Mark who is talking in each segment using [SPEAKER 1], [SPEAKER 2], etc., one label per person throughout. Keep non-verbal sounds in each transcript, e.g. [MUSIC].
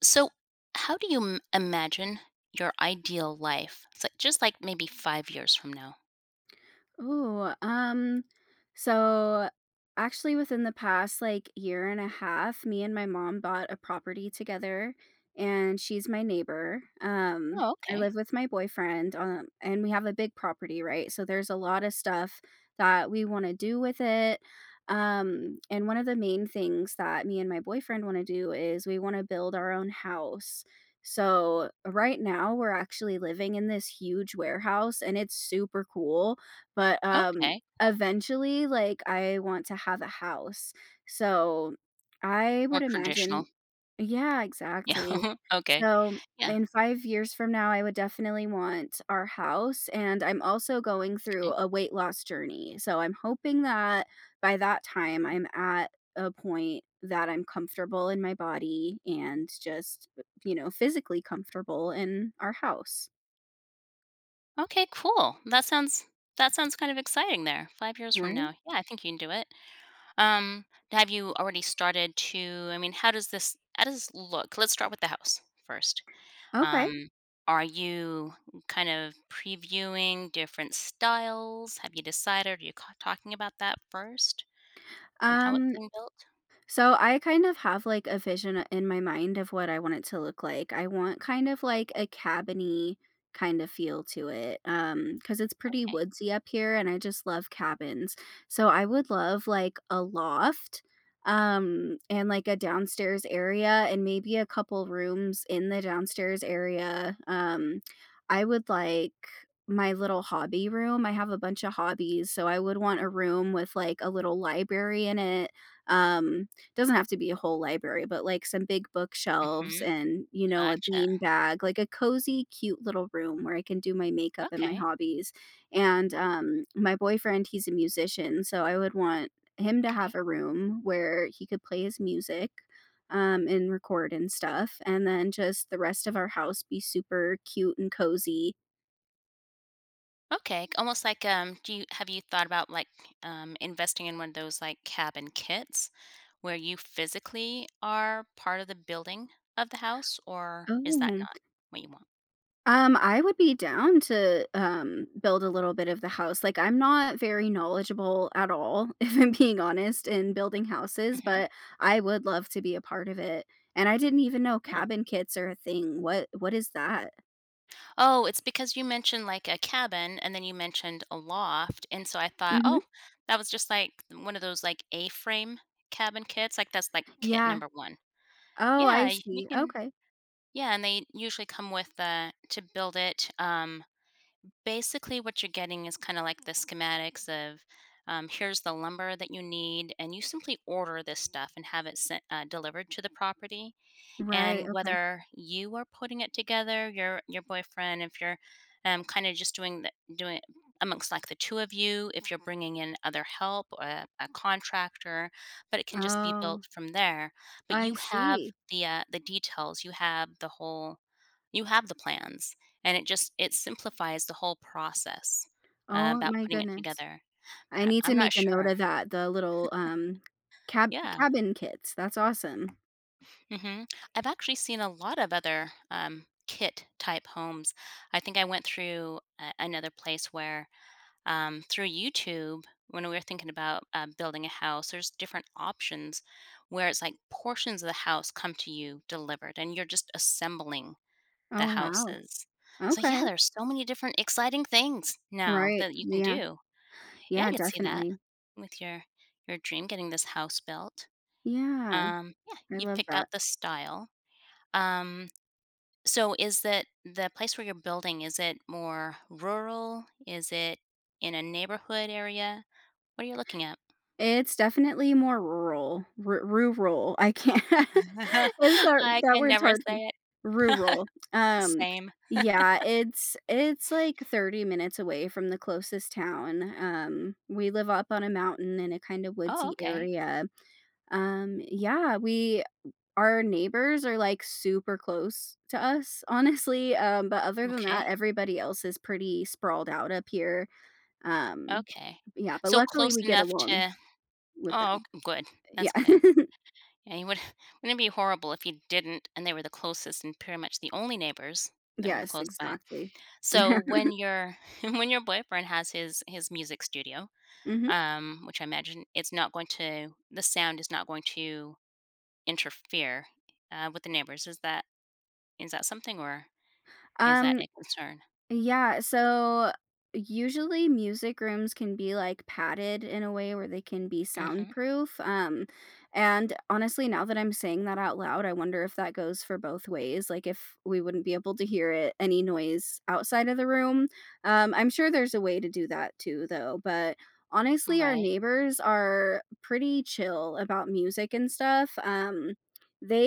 [SPEAKER 1] So, how do you imagine your ideal life? It's like just like maybe 5 years from now.
[SPEAKER 2] Oh, um, so actually within the past like year and a half, me and my mom bought a property together and she's my neighbor.
[SPEAKER 1] Oh,
[SPEAKER 2] I
[SPEAKER 1] okay.
[SPEAKER 2] live with my boyfriend, and we have a big property, right? So there's a lot of stuff that we want to do with it. And one of the main things that me and my boyfriend want to do is we want to build our own house. So right now we're actually living in this huge warehouse and it's super cool but
[SPEAKER 1] Okay. Cool.
[SPEAKER 2] eventually, like, I want to have a house. So, I
[SPEAKER 1] More
[SPEAKER 2] would
[SPEAKER 1] traditional.
[SPEAKER 2] imagine.
[SPEAKER 1] [LAUGHS]
[SPEAKER 2] Yeah, exactly.
[SPEAKER 1] Yeah. Okay.
[SPEAKER 2] So,
[SPEAKER 1] Yeah.
[SPEAKER 2] in 5 years from now, I would definitely want our house, and I'm also going through
[SPEAKER 1] Okay.
[SPEAKER 2] a weight loss journey. So, I'm hoping that by that time, I'm at a point that I'm comfortable in my body and just, physically comfortable in our house,
[SPEAKER 1] Okay. Cool. That sounds kind of exciting. There, 5 years from
[SPEAKER 2] right?
[SPEAKER 1] now. Yeah, I think you can do it. Um, have you already started to? I mean, how does this look? Let's start with the house first.
[SPEAKER 2] Okay.
[SPEAKER 1] Um, are you kind of previewing different styles? Have you decided? Are you talking about that first and how it's
[SPEAKER 2] Um
[SPEAKER 1] being built?
[SPEAKER 2] So I kind of have like a vision in my mind of what I want it to look like. I want kind of like a cabiny kind of feel to it. Because it's pretty
[SPEAKER 1] Okay.
[SPEAKER 2] woodsy up here and I just love cabins. So I would love like a loft and like a downstairs area and maybe a couple rooms in the downstairs area. I would like my little hobby room. I have a bunch of hobbies, so I would want a room with like a little library in it, um doesn't have to be a whole library, but like some big bookshelves
[SPEAKER 1] Mm-hmm.
[SPEAKER 2] and, you know, a
[SPEAKER 1] Gotcha.
[SPEAKER 2] bean bag, like a cozy, cute little room where I can do my makeup and my
[SPEAKER 1] Okay.
[SPEAKER 2] hobbies. And my boyfriend, he's a musician, so I would want him to have
[SPEAKER 1] Okay.
[SPEAKER 2] a room where he could play his music, and record and stuff. And then just the rest of our house be super cute and cozy.
[SPEAKER 1] Okay. Almost like do you have you thought about like investing in one of those like cabin kits where you physically are part of the building of the house, or is that
[SPEAKER 2] Oh,
[SPEAKER 1] not what you want?
[SPEAKER 2] I would be down to, build a little bit of the house, like, I'm not very knowledgeable at all, [LAUGHS] if I'm being honest, in building houses,
[SPEAKER 1] Mm-hmm.
[SPEAKER 2] but I would love to be a part of it, and I didn't even know
[SPEAKER 1] Yeah.
[SPEAKER 2] cabin kits are a thing. What is that?
[SPEAKER 1] Oh, it's because you mentioned, like, a cabin, and then you mentioned a loft, and so I thought, "Oh,
[SPEAKER 2] Mhm.
[SPEAKER 1] that was just, like, one of those, like, A-frame cabin kits," like, that's, like, kit
[SPEAKER 2] Yeah.
[SPEAKER 1] number 1.
[SPEAKER 2] Oh,
[SPEAKER 1] Yeah,
[SPEAKER 2] I
[SPEAKER 1] y you
[SPEAKER 2] see.
[SPEAKER 1] can
[SPEAKER 2] Okay.
[SPEAKER 1] yeah, and they usually come with the to build it, basically what you're getting is kinda like the schematics of, here's the lumber that you need, and you simply order this stuff and have it sent delivered to the property
[SPEAKER 2] Right,
[SPEAKER 1] and
[SPEAKER 2] okay.
[SPEAKER 1] whether you are putting it together, your boyfriend, if you're kind of just doing the, doing it amongst like the two of you, if you're bringing in other help, a contractor, but it can just be
[SPEAKER 2] Oh,
[SPEAKER 1] built from there. But you
[SPEAKER 2] I
[SPEAKER 1] have
[SPEAKER 2] see.
[SPEAKER 1] the details, you have the whole, you have the plans, and it just it simplifies the whole process
[SPEAKER 2] Oh
[SPEAKER 1] about
[SPEAKER 2] my
[SPEAKER 1] putting it
[SPEAKER 2] goodness.
[SPEAKER 1] together.
[SPEAKER 2] I
[SPEAKER 1] But
[SPEAKER 2] need to
[SPEAKER 1] I'm not
[SPEAKER 2] make a note
[SPEAKER 1] sure.
[SPEAKER 2] of that, the little, cab
[SPEAKER 1] Yeah.
[SPEAKER 2] cabin kits, that's awesome.
[SPEAKER 1] hmm I've actually seen a lot of other kit type homes. I think I went through another place where through YouTube, when we were thinking about building a house, there's different options where it's like portions of the house come to you delivered and you're just assembling the
[SPEAKER 2] Oh, wow.
[SPEAKER 1] houses. So, yeah,
[SPEAKER 2] Okay.
[SPEAKER 1] there's so many different exciting things now
[SPEAKER 2] Right,
[SPEAKER 1] that you can
[SPEAKER 2] yeah.
[SPEAKER 1] do. Yeah, I
[SPEAKER 2] Yeah,
[SPEAKER 1] could see that
[SPEAKER 2] definitely.
[SPEAKER 1] with your dream getting this house built.
[SPEAKER 2] Yeah,
[SPEAKER 1] Yeah,
[SPEAKER 2] I
[SPEAKER 1] you've
[SPEAKER 2] love
[SPEAKER 1] picked out
[SPEAKER 2] that.
[SPEAKER 1] the style. Um, so is that the place where you're building, is it more rural? Is it in a neighborhood area? What are you looking at?
[SPEAKER 2] It's definitely more rural, r rural. I can't. [LAUGHS] Is
[SPEAKER 1] [LAUGHS]
[SPEAKER 2] that,
[SPEAKER 1] I
[SPEAKER 2] that
[SPEAKER 1] can
[SPEAKER 2] word's
[SPEAKER 1] never
[SPEAKER 2] hard for me.
[SPEAKER 1] say it.
[SPEAKER 2] Rural.
[SPEAKER 1] [LAUGHS] Same.
[SPEAKER 2] Yeah, it's like 30 minutes away from the closest town. We live up on a mountain in a kind of
[SPEAKER 1] Oh,
[SPEAKER 2] woodsy
[SPEAKER 1] okay.
[SPEAKER 2] area. Yeah, we our neighbors are, like, super close to us, honestly, but other than
[SPEAKER 1] Okay.
[SPEAKER 2] that, everybody else is pretty sprawled out up here. Um,
[SPEAKER 1] Okay.
[SPEAKER 2] yeah, but
[SPEAKER 1] So
[SPEAKER 2] luckily
[SPEAKER 1] close
[SPEAKER 2] we get
[SPEAKER 1] enough
[SPEAKER 2] along
[SPEAKER 1] to.
[SPEAKER 2] with
[SPEAKER 1] Oh,
[SPEAKER 2] them.
[SPEAKER 1] okay, good.
[SPEAKER 2] Yeah.
[SPEAKER 1] That's good.
[SPEAKER 2] [LAUGHS]
[SPEAKER 1] Yeah, you would [LAUGHS] wouldn't it be horrible if you didn't and they were the closest and pretty much the only neighbors that were
[SPEAKER 2] Yes,
[SPEAKER 1] close by.
[SPEAKER 2] exactly.
[SPEAKER 1] So when
[SPEAKER 2] [LAUGHS]
[SPEAKER 1] your [LAUGHS] when your boyfriend has his music studio
[SPEAKER 2] Mhm.
[SPEAKER 1] which I imagine it's not going to the sound is not going to interfere with the neighbors. Is that something or is that
[SPEAKER 2] Um,
[SPEAKER 1] a concern?
[SPEAKER 2] Yeah, so usually music rooms can be like padded in a way where they can be
[SPEAKER 1] hmm
[SPEAKER 2] soundproof. And honestly now that I'm saying that out loud, I wonder if that goes for both ways, like if we wouldn't be able to hear it any noise outside of the room. I'm sure there's a way to do that too though, but honestly our
[SPEAKER 1] Right.
[SPEAKER 2] neighbors are pretty chill about music and stuff.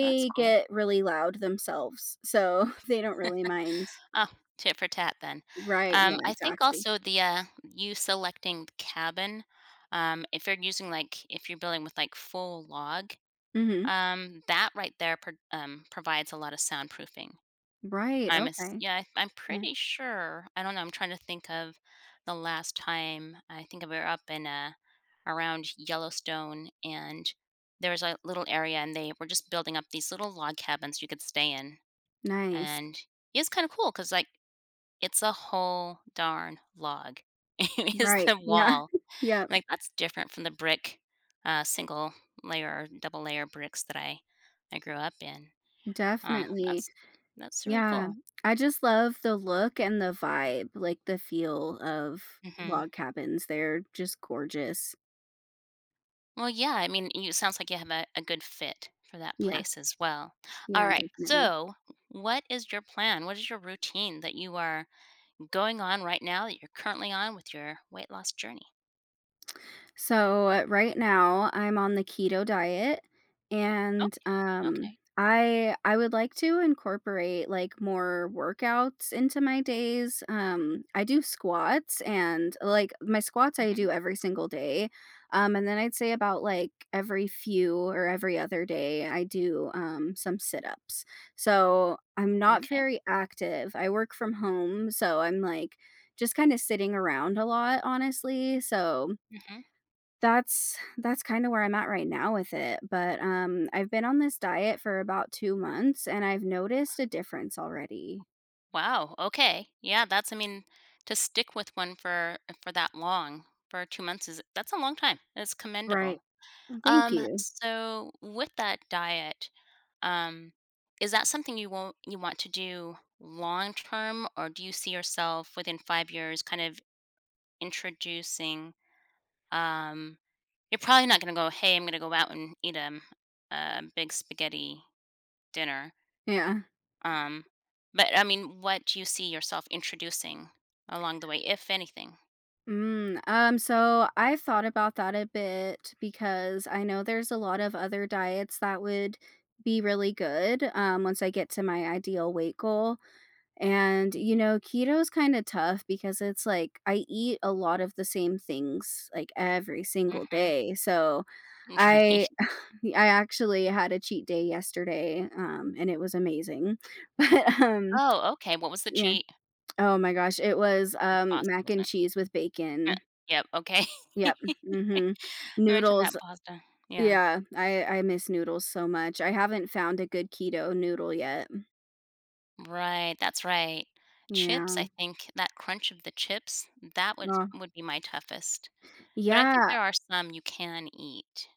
[SPEAKER 1] Well, that's cool.
[SPEAKER 2] get really loud themselves, so [LAUGHS] they don't really mind.
[SPEAKER 1] Oh, tit for tat then.
[SPEAKER 2] Right, yeah,
[SPEAKER 1] I think
[SPEAKER 2] exactly.
[SPEAKER 1] also the you selecting the cabin. If you're using like if you're building with like full log,
[SPEAKER 2] Mhm.
[SPEAKER 1] that right there provides a lot of soundproofing.
[SPEAKER 2] Right,
[SPEAKER 1] I'm ass
[SPEAKER 2] okay.
[SPEAKER 1] Yeah, I'm
[SPEAKER 2] Yeah,
[SPEAKER 1] pretty sure. I don't know, I'm trying to think of the last time I think we were up in, around Yellowstone, and there was a little area, and they were just building up these little log cabins you could stay in,
[SPEAKER 2] nice.
[SPEAKER 1] and it's kinda cool because like, it's a whole darn log. [LAUGHS] It is
[SPEAKER 2] Right,
[SPEAKER 1] the
[SPEAKER 2] yeah.
[SPEAKER 1] wall.
[SPEAKER 2] [LAUGHS] Yep,
[SPEAKER 1] Like, that's different from the brick, single layer or double layer bricks that I grew up in. Um,
[SPEAKER 2] definitely.
[SPEAKER 1] that's that's really
[SPEAKER 2] Yeah,
[SPEAKER 1] cool.
[SPEAKER 2] I just love the look and the vibe, like, the feel of
[SPEAKER 1] Mhm.
[SPEAKER 2] log cabins, they're just gorgeous.
[SPEAKER 1] Well, yeah, I mean, you it sounds like you have a good fit for that
[SPEAKER 2] Yeah,
[SPEAKER 1] place as well. All
[SPEAKER 2] yeah,
[SPEAKER 1] right.
[SPEAKER 2] definitely.
[SPEAKER 1] So, what is your plan? What is your routine that you are going on right now that you're currently on with your weight loss journey?
[SPEAKER 2] So, right now I'm on the keto diet
[SPEAKER 1] Oh,
[SPEAKER 2] and,
[SPEAKER 1] okay.
[SPEAKER 2] I would like to incorporate, like, more workouts into my days. I do squats and, like my squats I
[SPEAKER 1] hmm
[SPEAKER 2] do every single day, and then I'd say about, like, every few or every other day, I do, some sit-ups. So, I'm not
[SPEAKER 1] Okay.
[SPEAKER 2] very active. I work from home, so I'm, like, just kinda sitting around a lot, honestly. So
[SPEAKER 1] hmm
[SPEAKER 2] that's kinda where I'm at right now with it, but, I've been on this diet for about 2 months, and I've noticed a difference already.
[SPEAKER 1] Wow. Okay. Yeah, that's I mean, to stick with one for that long, for 2 months is that's a long time. It's
[SPEAKER 2] Right.
[SPEAKER 1] commendable.
[SPEAKER 2] Thank you.
[SPEAKER 1] So with that diet, Um, is that something you want to do long term, or do you see yourself within 5 years kind of introducing? Um, you're probably not going to go, hey, I'm going to go out and eat a big spaghetti dinner.
[SPEAKER 2] Yeah.
[SPEAKER 1] Um, but I mean, what do you see yourself introducing along the way, if anything?
[SPEAKER 2] So I've thought about that a bit because I know there's a lot of other diets that would be really good, once I get to my ideal weight goal. And, you
[SPEAKER 1] Mhm.
[SPEAKER 2] know, keto is kinda tough because it's like I eat a lot of the same things, like, every single
[SPEAKER 1] Mm-hmm.
[SPEAKER 2] day, so
[SPEAKER 1] [LAUGHS]
[SPEAKER 2] I
[SPEAKER 1] Right.
[SPEAKER 2] [LAUGHS] I actually had a cheat day yesterday, and it was amazing. [LAUGHS] But
[SPEAKER 1] Oh, okay. What was the
[SPEAKER 2] yeah.
[SPEAKER 1] cheat?
[SPEAKER 2] Oh my gosh, it was,
[SPEAKER 1] Pasta,
[SPEAKER 2] mac
[SPEAKER 1] wasn't
[SPEAKER 2] and
[SPEAKER 1] it?
[SPEAKER 2] cheese with
[SPEAKER 1] Uh,
[SPEAKER 2] bacon.
[SPEAKER 1] Yep. Okay. [LAUGHS] I
[SPEAKER 2] Yep. Mhm.
[SPEAKER 1] mentioned that
[SPEAKER 2] Noodles,
[SPEAKER 1] pasta. Yeah.
[SPEAKER 2] yeah, I miss noodles so much. I haven't found a good keto noodle yet.
[SPEAKER 1] Right, that's right. Chips, I
[SPEAKER 2] Yeah.
[SPEAKER 1] think that crunch of the chips, that would
[SPEAKER 2] Oh.
[SPEAKER 1] would be my toughest. But I think
[SPEAKER 2] Yeah.
[SPEAKER 1] there are some you can eat,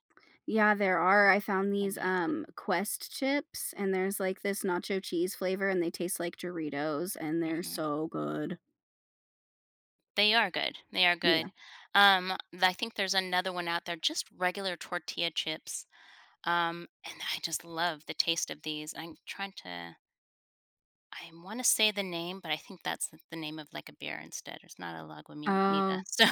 [SPEAKER 2] Yeah, there are. I found
[SPEAKER 1] can
[SPEAKER 2] these,
[SPEAKER 1] be expensive.
[SPEAKER 2] Quest chips, and there's, like, this nacho cheese flavor, and they taste like Doritos, and they're
[SPEAKER 1] Mhm.
[SPEAKER 2] so good.
[SPEAKER 1] They are good, they are good.
[SPEAKER 2] Yeah.
[SPEAKER 1] Th I think there's another one out there, just regular tortilla chips, and I just love the taste of these. I'm trying to I wanna say the name, but I think that's the name of, like, a beer instead. It's not a Lagunitas.
[SPEAKER 2] Oh.
[SPEAKER 1] So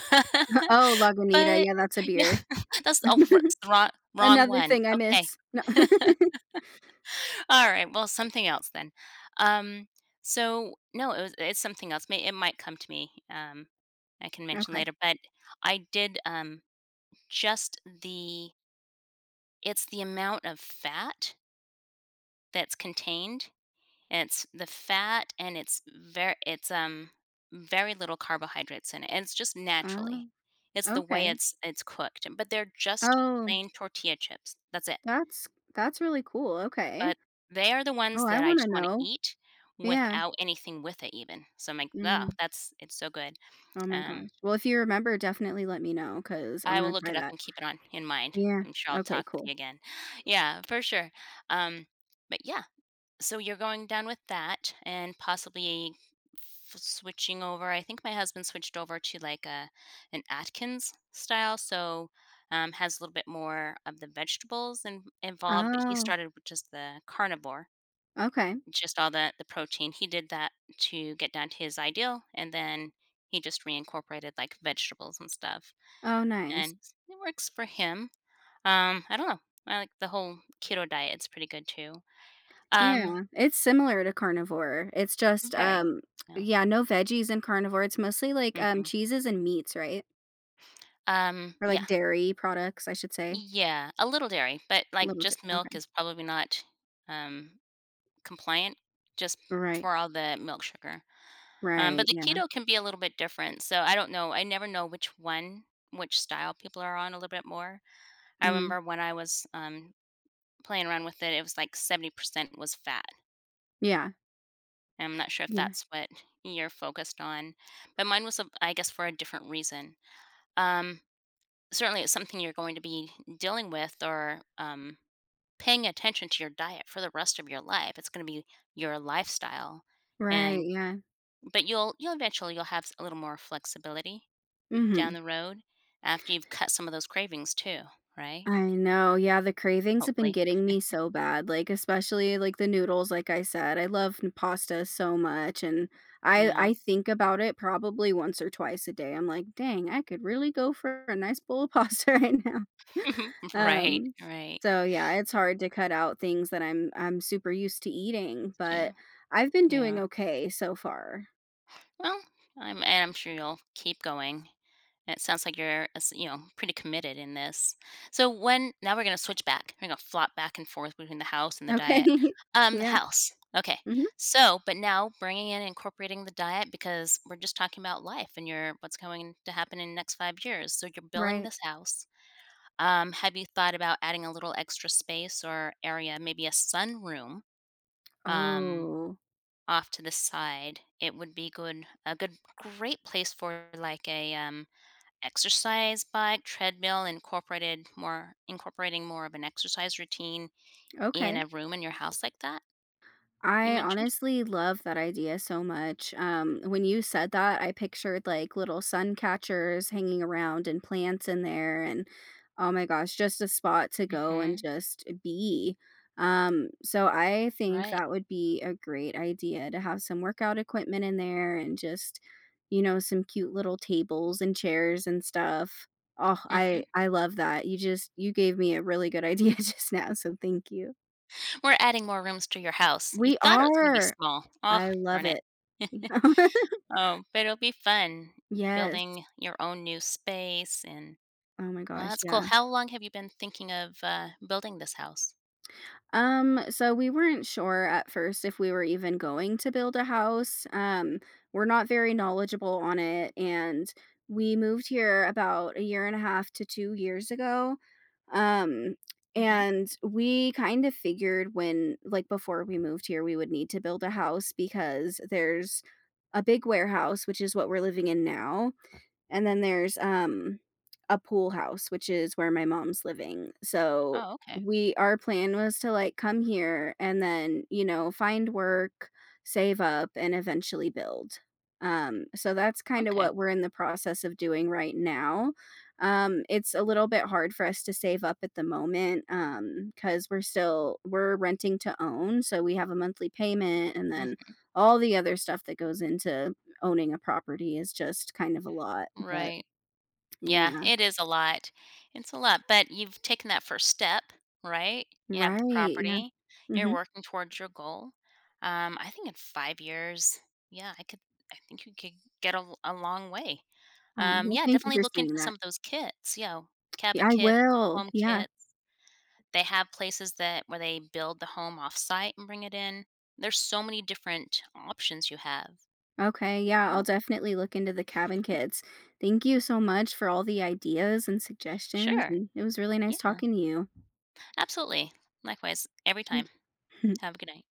[SPEAKER 2] [LAUGHS]
[SPEAKER 1] [LAUGHS]
[SPEAKER 2] Oh, Lagunita,
[SPEAKER 1] But
[SPEAKER 2] yeah, that's a
[SPEAKER 1] yeah,
[SPEAKER 2] beer.
[SPEAKER 1] [LAUGHS] that's the, oh, it's the wrong wrong
[SPEAKER 2] Another
[SPEAKER 1] one.
[SPEAKER 2] thing I
[SPEAKER 1] Okay.
[SPEAKER 2] miss. No. [LAUGHS]
[SPEAKER 1] [LAUGHS] Alright, well, something else then. Um, so no, it was it's something else. May it might come to me, I can mention
[SPEAKER 2] Okay.
[SPEAKER 1] later, but I did, just the it's the amount of fat that's contained. It's the fat and it's, very little carbohydrates in it, and it's just naturally.
[SPEAKER 2] Oh,
[SPEAKER 1] It's the way
[SPEAKER 2] okay.
[SPEAKER 1] it's cooked, but they're just
[SPEAKER 2] Oh,
[SPEAKER 1] plain tortilla chips. That's it.
[SPEAKER 2] that's that's really cool, okay.
[SPEAKER 1] But they are the ones
[SPEAKER 2] Oh, I
[SPEAKER 1] that I just
[SPEAKER 2] wanna
[SPEAKER 1] wanna
[SPEAKER 2] know.
[SPEAKER 1] eat
[SPEAKER 2] Yeah.
[SPEAKER 1] without anything with it even. So I'm like, "Oh,
[SPEAKER 2] Mhm.
[SPEAKER 1] that's it's so good."
[SPEAKER 2] Oh my gosh.
[SPEAKER 1] Um,
[SPEAKER 2] Well, if you remember, definitely let me know because I
[SPEAKER 1] I will
[SPEAKER 2] wanna
[SPEAKER 1] look it
[SPEAKER 2] try
[SPEAKER 1] up
[SPEAKER 2] that.
[SPEAKER 1] and keep it on in mind.
[SPEAKER 2] Yeah.
[SPEAKER 1] I'm sure I'll
[SPEAKER 2] Okay,
[SPEAKER 1] talk with
[SPEAKER 2] cool.
[SPEAKER 1] you again. [LAUGHS] Yeah, for sure. Um, but yeah, so you're going down with that and possibly f switching over I think my husband switched over to, like, a an Atkins style, so, has a little bit more of the vegetables in involved, but he
[SPEAKER 2] Oh,
[SPEAKER 1] started with just the carnivore.
[SPEAKER 2] okay.
[SPEAKER 1] Just all the protein. He did that to get down to his ideal, and then he just reincorporated like vegetables and stuff,
[SPEAKER 2] Oh, nice.
[SPEAKER 1] and it works for him. I don't know. I like the whole keto diet. It's pretty good too. Um,
[SPEAKER 2] Yeah, it's similar to carnivore. It's just,
[SPEAKER 1] Very.
[SPEAKER 2] um
[SPEAKER 1] Yeah.
[SPEAKER 2] yeah, no veggies in carnivore. It's mostly, like,
[SPEAKER 1] hmm
[SPEAKER 2] cheeses and meats, right? Or,
[SPEAKER 1] Yeah.
[SPEAKER 2] like, dairy products, I should say.
[SPEAKER 1] Yeah. A little dairy, but like
[SPEAKER 2] Little di,
[SPEAKER 1] just milk
[SPEAKER 2] okay.
[SPEAKER 1] is probably not um compliant just
[SPEAKER 2] Right.
[SPEAKER 1] for all the milk sugar. But
[SPEAKER 2] Right,
[SPEAKER 1] the
[SPEAKER 2] yeah.
[SPEAKER 1] keto can be a little bit different. So I don't know. I never know which one, which style people are on a little bit more. I
[SPEAKER 2] Mm.
[SPEAKER 1] remember when I was playing around with it, it was like 70% was fat.
[SPEAKER 2] Yeah.
[SPEAKER 1] I'm not sure if
[SPEAKER 2] Yeah.
[SPEAKER 1] that's what you're focused on, but mine was, I guess, for a different reason. Um, Certainly, it's something you're going to be dealing with or paying attention to your diet for the rest of your life. It's going to be your lifestyle,
[SPEAKER 2] Right,
[SPEAKER 1] and
[SPEAKER 2] yeah.
[SPEAKER 1] but you'll eventually you'll have a little more flexibility down
[SPEAKER 2] Mhm.
[SPEAKER 1] the road, after you've cut some of those cravings too, right?
[SPEAKER 2] I know, yeah, the cravings have been
[SPEAKER 1] Hopefully.
[SPEAKER 2] getting me so bad, like, especially, like, the noodles, like I said. I love n pasta so much, and I
[SPEAKER 1] Yeah.
[SPEAKER 2] I think about it probably once or twice a day. I'm like, "Dang, I could really go for a nice bowl of pasta [LAUGHS] right now."
[SPEAKER 1] [LAUGHS] Right,
[SPEAKER 2] Um,
[SPEAKER 1] right.
[SPEAKER 2] so yeah, it's hard to cut out things that I'm super used to eating,
[SPEAKER 1] That's
[SPEAKER 2] but
[SPEAKER 1] true.
[SPEAKER 2] I've been
[SPEAKER 1] Yeah.
[SPEAKER 2] doing okay so far.
[SPEAKER 1] Well, I'm and I'm sure you'll keep going. And it sounds like you're, as you know, pretty committed in this. So when now we're gonna switch back. We're gonna flop back and forth between the house and the
[SPEAKER 2] Okay.
[SPEAKER 1] diet.
[SPEAKER 2] [LAUGHS]
[SPEAKER 1] The
[SPEAKER 2] Yeah.
[SPEAKER 1] house. Okay.
[SPEAKER 2] Mhm.
[SPEAKER 1] So, but now bringing in incorporating the diet because we're just talking about life and your what's going to happen in the next 5 years. So you're building
[SPEAKER 2] Right.
[SPEAKER 1] this house. Have you thought about adding a little extra space or area, maybe a sunroom, um,
[SPEAKER 2] Oh,
[SPEAKER 1] off to the side? It would be good, a good, great place for like a exercise bike, treadmill, incorporated more, incorporating more of an exercise routine in
[SPEAKER 2] okay.
[SPEAKER 1] a room in your house like that you
[SPEAKER 2] I
[SPEAKER 1] mentioned.
[SPEAKER 2] honestly love that idea so much. When you said that, I pictured like little sun catchers hanging around and plants in there, and oh my gosh, just a spot to go and
[SPEAKER 1] Mm-hmm.
[SPEAKER 2] just be. So I think
[SPEAKER 1] Right.
[SPEAKER 2] that would be a great idea to have some workout equipment in there and just, you know, some cute little tables and chairs and stuff. Oh,
[SPEAKER 1] Mm-hmm.
[SPEAKER 2] I love that. You just you gave me a really good [LAUGHS] idea just now, so thank you.
[SPEAKER 1] We're adding more rooms to your house. You
[SPEAKER 2] We
[SPEAKER 1] thought it was going to be
[SPEAKER 2] are.
[SPEAKER 1] small. Oh,
[SPEAKER 2] I love
[SPEAKER 1] darn it.
[SPEAKER 2] it. [LAUGHS]
[SPEAKER 1] [LAUGHS] Oh, but it'll be fun
[SPEAKER 2] Yes.
[SPEAKER 1] building your own new space and.
[SPEAKER 2] Oh my
[SPEAKER 1] Well,
[SPEAKER 2] gosh,
[SPEAKER 1] that's cool.
[SPEAKER 2] yeah.
[SPEAKER 1] How long have you been thinking of, building this house?
[SPEAKER 2] So we weren't sure at first if we were even going to build a house. We're not very knowledgeable on it, and we moved here about a year and a half to 2 years ago. Um,
[SPEAKER 1] Mhm.
[SPEAKER 2] and we kind of figured when like, before we moved here, we would need to build a house because there's a big warehouse, which is what we're living in now. And then there's, a pool house, which is where my mom's living. So
[SPEAKER 1] Oh, okay.
[SPEAKER 2] we our plan was to, like, come here and then, you know, find work, save up, and eventually build. So that's kinda
[SPEAKER 1] Okay.
[SPEAKER 2] what we're in the process of doing right now. It's a little bit hard for us to save up at the moment, because 'cause we're renting to own, so we have a monthly payment and
[SPEAKER 1] Mm,
[SPEAKER 2] then all the other stuff that goes into owning a property is just kind of a lot, but
[SPEAKER 1] right. Yeah,
[SPEAKER 2] yeah.
[SPEAKER 1] it is a lot. It's a lot, but you've taken that first step, right? You have the
[SPEAKER 2] Right, yeah.
[SPEAKER 1] property. You're
[SPEAKER 2] Mhm.
[SPEAKER 1] working towards your goal. I think in 5 years, yeah, I could I think you could get a long way.
[SPEAKER 2] Aw, well,
[SPEAKER 1] Yeah,
[SPEAKER 2] thank you
[SPEAKER 1] definitely
[SPEAKER 2] for
[SPEAKER 1] look into
[SPEAKER 2] saying
[SPEAKER 1] some
[SPEAKER 2] that.
[SPEAKER 1] of those kits. Yeah, cabin
[SPEAKER 2] Yeah, I
[SPEAKER 1] kits,
[SPEAKER 2] will.
[SPEAKER 1] home
[SPEAKER 2] Yeah.
[SPEAKER 1] kits. They have places that where they build the home offsite and bring it in. There's so many different options you have.
[SPEAKER 2] Okay, yeah, I'll
[SPEAKER 1] No.
[SPEAKER 2] definitely look into the cabin kits. Thank you so much for all the ideas and suggestions,
[SPEAKER 1] Sure.
[SPEAKER 2] and it was really nice
[SPEAKER 1] Yeah.
[SPEAKER 2] talking to you.
[SPEAKER 1] Absolutely. Likewise, every
[SPEAKER 2] Thank
[SPEAKER 1] time.
[SPEAKER 2] you.
[SPEAKER 1] Have a good night.